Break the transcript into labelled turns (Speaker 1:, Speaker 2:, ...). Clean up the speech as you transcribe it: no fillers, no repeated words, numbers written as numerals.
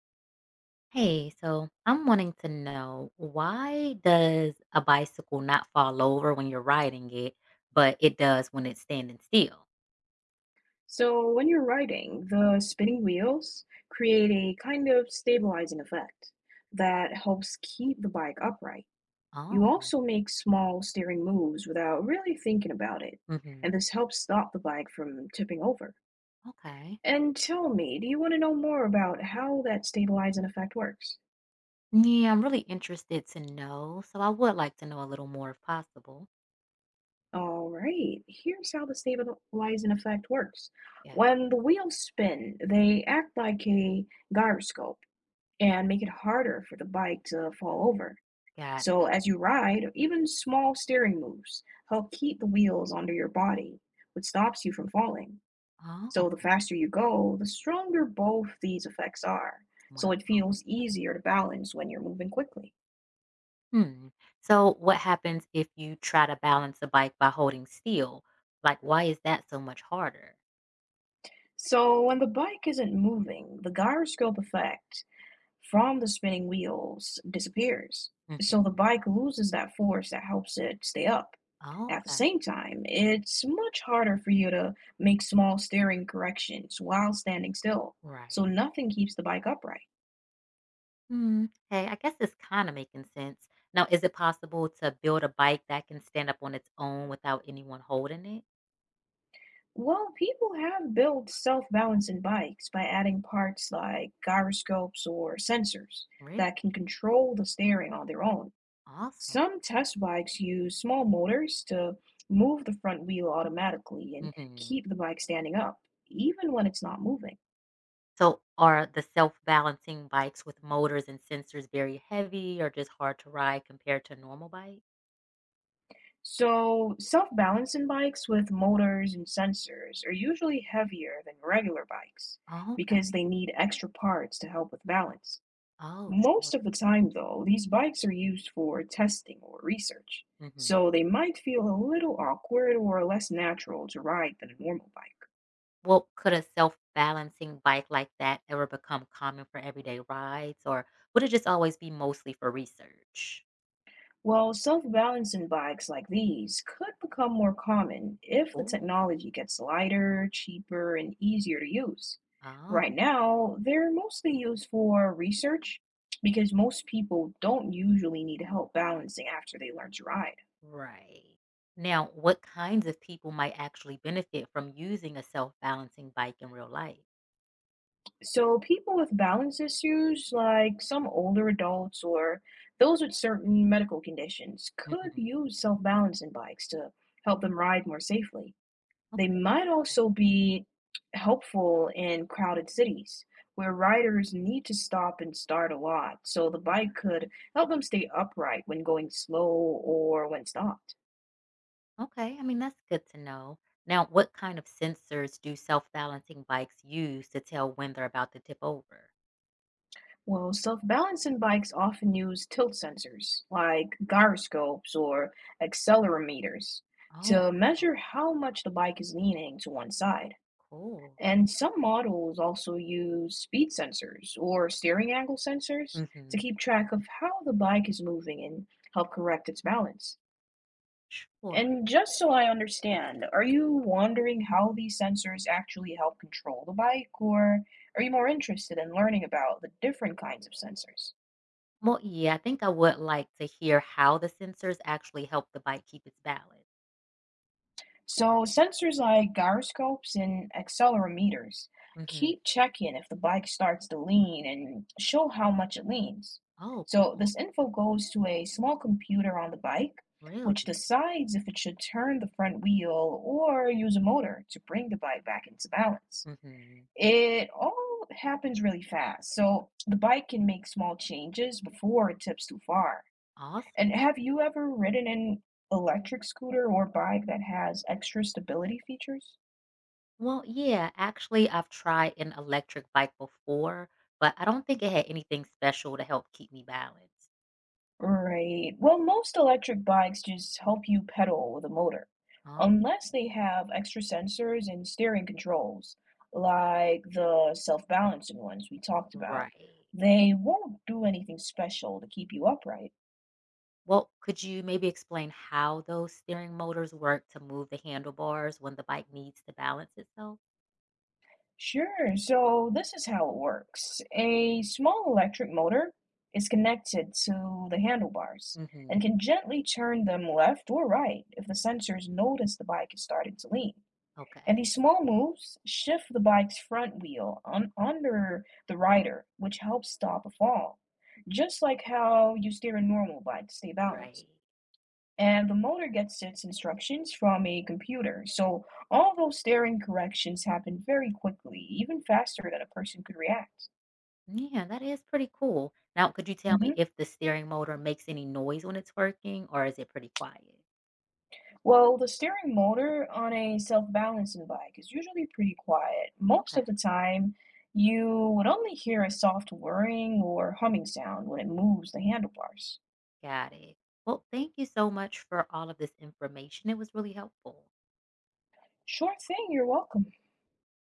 Speaker 1: Hey, so I'm wanting to know why does a bicycle not fall over when you're riding it, but it does when it's standing still?
Speaker 2: So when you're riding, the spinning wheels create a kind of stabilizing effect that helps keep the bike upright.
Speaker 1: Oh,
Speaker 2: You also make small steering moves without really thinking about it,
Speaker 1: hmm,
Speaker 2: and this helps stop the bike from tipping over.
Speaker 1: okay.
Speaker 2: And tell me, do you want to know more about how that stabilizing effect works?
Speaker 1: Yeah, I'm really interested to know. So I would like to know a little more if possible.
Speaker 2: All right, here's how the stabilizing effect works.
Speaker 1: Yeah,
Speaker 2: When the wheels spin, they act like a gyroscope and make it harder for the bike to fall over.
Speaker 1: got it.
Speaker 2: So, as you ride, even small steering moves help keep the wheels under your body, which stops you from falling. So, the
Speaker 1: Oh,
Speaker 2: faster you go, the stronger both these effects are. So, it
Speaker 1: wow.
Speaker 2: feels easier to balance when you're moving quickly.
Speaker 1: Hmm. So what happens if you try to balance a bike by holding still? Like, why is that so much harder?
Speaker 2: So, when the bike isn't moving, the gyroscope effect from the spinning wheels disappears.
Speaker 1: Mhm.
Speaker 2: So the bike loses that force that helps it stay up. At the
Speaker 1: Okay,
Speaker 2: same time, it's much harder for you to make small steering corrections while standing still, so
Speaker 1: right.
Speaker 2: nothing keeps the bike upright.
Speaker 1: Mm, okay, I guess it's kinda making sense. Now, is it possible to build a bike that can stand up on its own without anyone holding it?
Speaker 2: Well, people have built self-balancing bikes by adding parts like gyroscopes or sensors that can
Speaker 1: Really?
Speaker 2: control the steering on their own.
Speaker 1: Awesome.
Speaker 2: Some test bikes use small motors to move the front wheel automatically and
Speaker 1: Mhm.
Speaker 2: keep the bike standing up, even when it's not moving.
Speaker 1: So, are the self-balancing bikes with motors and sensors very heavy or just hard to ride compared to a normal bike?
Speaker 2: So, self-balancing bikes with motors and sensors are usually heavier than regular bikes
Speaker 1: Oh,
Speaker 2: because
Speaker 1: okay.
Speaker 2: they need extra parts to help with balance.
Speaker 1: Oh, sure.
Speaker 2: Most of the time, though, these bikes are used for testing or research,
Speaker 1: Mhm.
Speaker 2: so they might feel a little awkward or less natural to ride than a normal bike.
Speaker 1: Well, could a self-balancing bike like that ever become common for everyday rides, or would it just always be mostly for research?
Speaker 2: Well, self-balancing bikes like these could become more common if the
Speaker 1: Cool.
Speaker 2: technology gets lighter, cheaper, and easier to use.
Speaker 1: Oh.
Speaker 2: Right now, they're mostly used for research because most people don't usually need help balancing after they learn to ride.
Speaker 1: Right. Now, what kinds of people might actually benefit from using a self balancing bike in real life?
Speaker 2: So, people with balance issues, like some older adults or those with certain medical conditions, could
Speaker 1: Hmm.
Speaker 2: use self-balancing bikes to help them ride more safely. They
Speaker 1: Okay.
Speaker 2: might
Speaker 1: Cool.
Speaker 2: also be helpful in crowded cities where riders need to stop and start a lot, so the bike
Speaker 1: Right.
Speaker 2: could help them stay upright when going slow or when stopped.
Speaker 1: Okay. I mean, that's good to know. Now, what kind of sensors do self balancing bikes use to tell when they're about to tip over?
Speaker 2: Well, self-balancing bikes often use tilt sensors like gyroscopes or accelerometers
Speaker 1: Oh,
Speaker 2: to measure how much the bike is leaning to one side.
Speaker 1: cool.
Speaker 2: And some models also use speed sensors or steering angle sensors to
Speaker 1: Hmm.
Speaker 2: keep track of how the bike is moving and help correct its balance.
Speaker 1: Sure.
Speaker 2: And just so I understand, are you wondering how these sensors actually help control the bike, or are you more interested in learning about the different kinds of sensors?
Speaker 1: Well, yeah, I think I would like to hear how the sensors actually help the bike keep its balance.
Speaker 2: So sensors like gyroscopes and accelerometers
Speaker 1: Hmm.
Speaker 2: keep checking if the bike starts to lean and show how much it leans.
Speaker 1: Oh,
Speaker 2: So
Speaker 1: cool.
Speaker 2: this info goes to a small computer on the bike, which
Speaker 1: Really?
Speaker 2: decides if it should turn the front wheel or use a motor to bring the bike back into balance.
Speaker 1: Hmm.
Speaker 2: It all happens really fast, so the bike can make small changes before it tips too far.
Speaker 1: Awesome.
Speaker 2: And have you ever ridden an electric scooter or bike that has extra stability features?
Speaker 1: Well, yeah, actually, I've tried an electric bike before, but I don't think it had anything special to help keep me balanced.
Speaker 2: Right. Well, most electric bikes just help you pedal with a motor,
Speaker 1: Um,
Speaker 2: unless they have extra sensors and steering controls, like the self-balancing ones we talked about.
Speaker 1: Right.
Speaker 2: They won't do anything special to keep you upright.
Speaker 1: Well, could you maybe explain how those steering motors work to move the handlebars when the bike needs to balance itself?
Speaker 2: Sure. So this is how it works. A small electric motor is connected to the handlebars
Speaker 1: Hmm.
Speaker 2: and can gently turn them left or right if the sensors notice the bike is starting to lean. And
Speaker 1: Okay.
Speaker 2: these small moves shift the bike's front wheel on under the rider, which helps stop a fall, just like how you steer a normal bike to stay balanced,
Speaker 1: Right.
Speaker 2: and the motor gets its instructions from a computer. So all those staring corrections happen very quickly, even faster than a person could react.
Speaker 1: Yeah, that is pretty cool. Now, could you tell me
Speaker 2: Hmm.
Speaker 1: if the steering motor makes any noise when it's working or is it pretty quiet?
Speaker 2: Well, the steering motor on a self-balancing bike is usually pretty quiet. Most
Speaker 1: Okay.
Speaker 2: of the time, you would only hear a soft whirring or humming sound when it moves the handlebars.
Speaker 1: Got it. Well, thank you so much for all of this information. It was really helpful.
Speaker 2: Sure thing, you're welcome.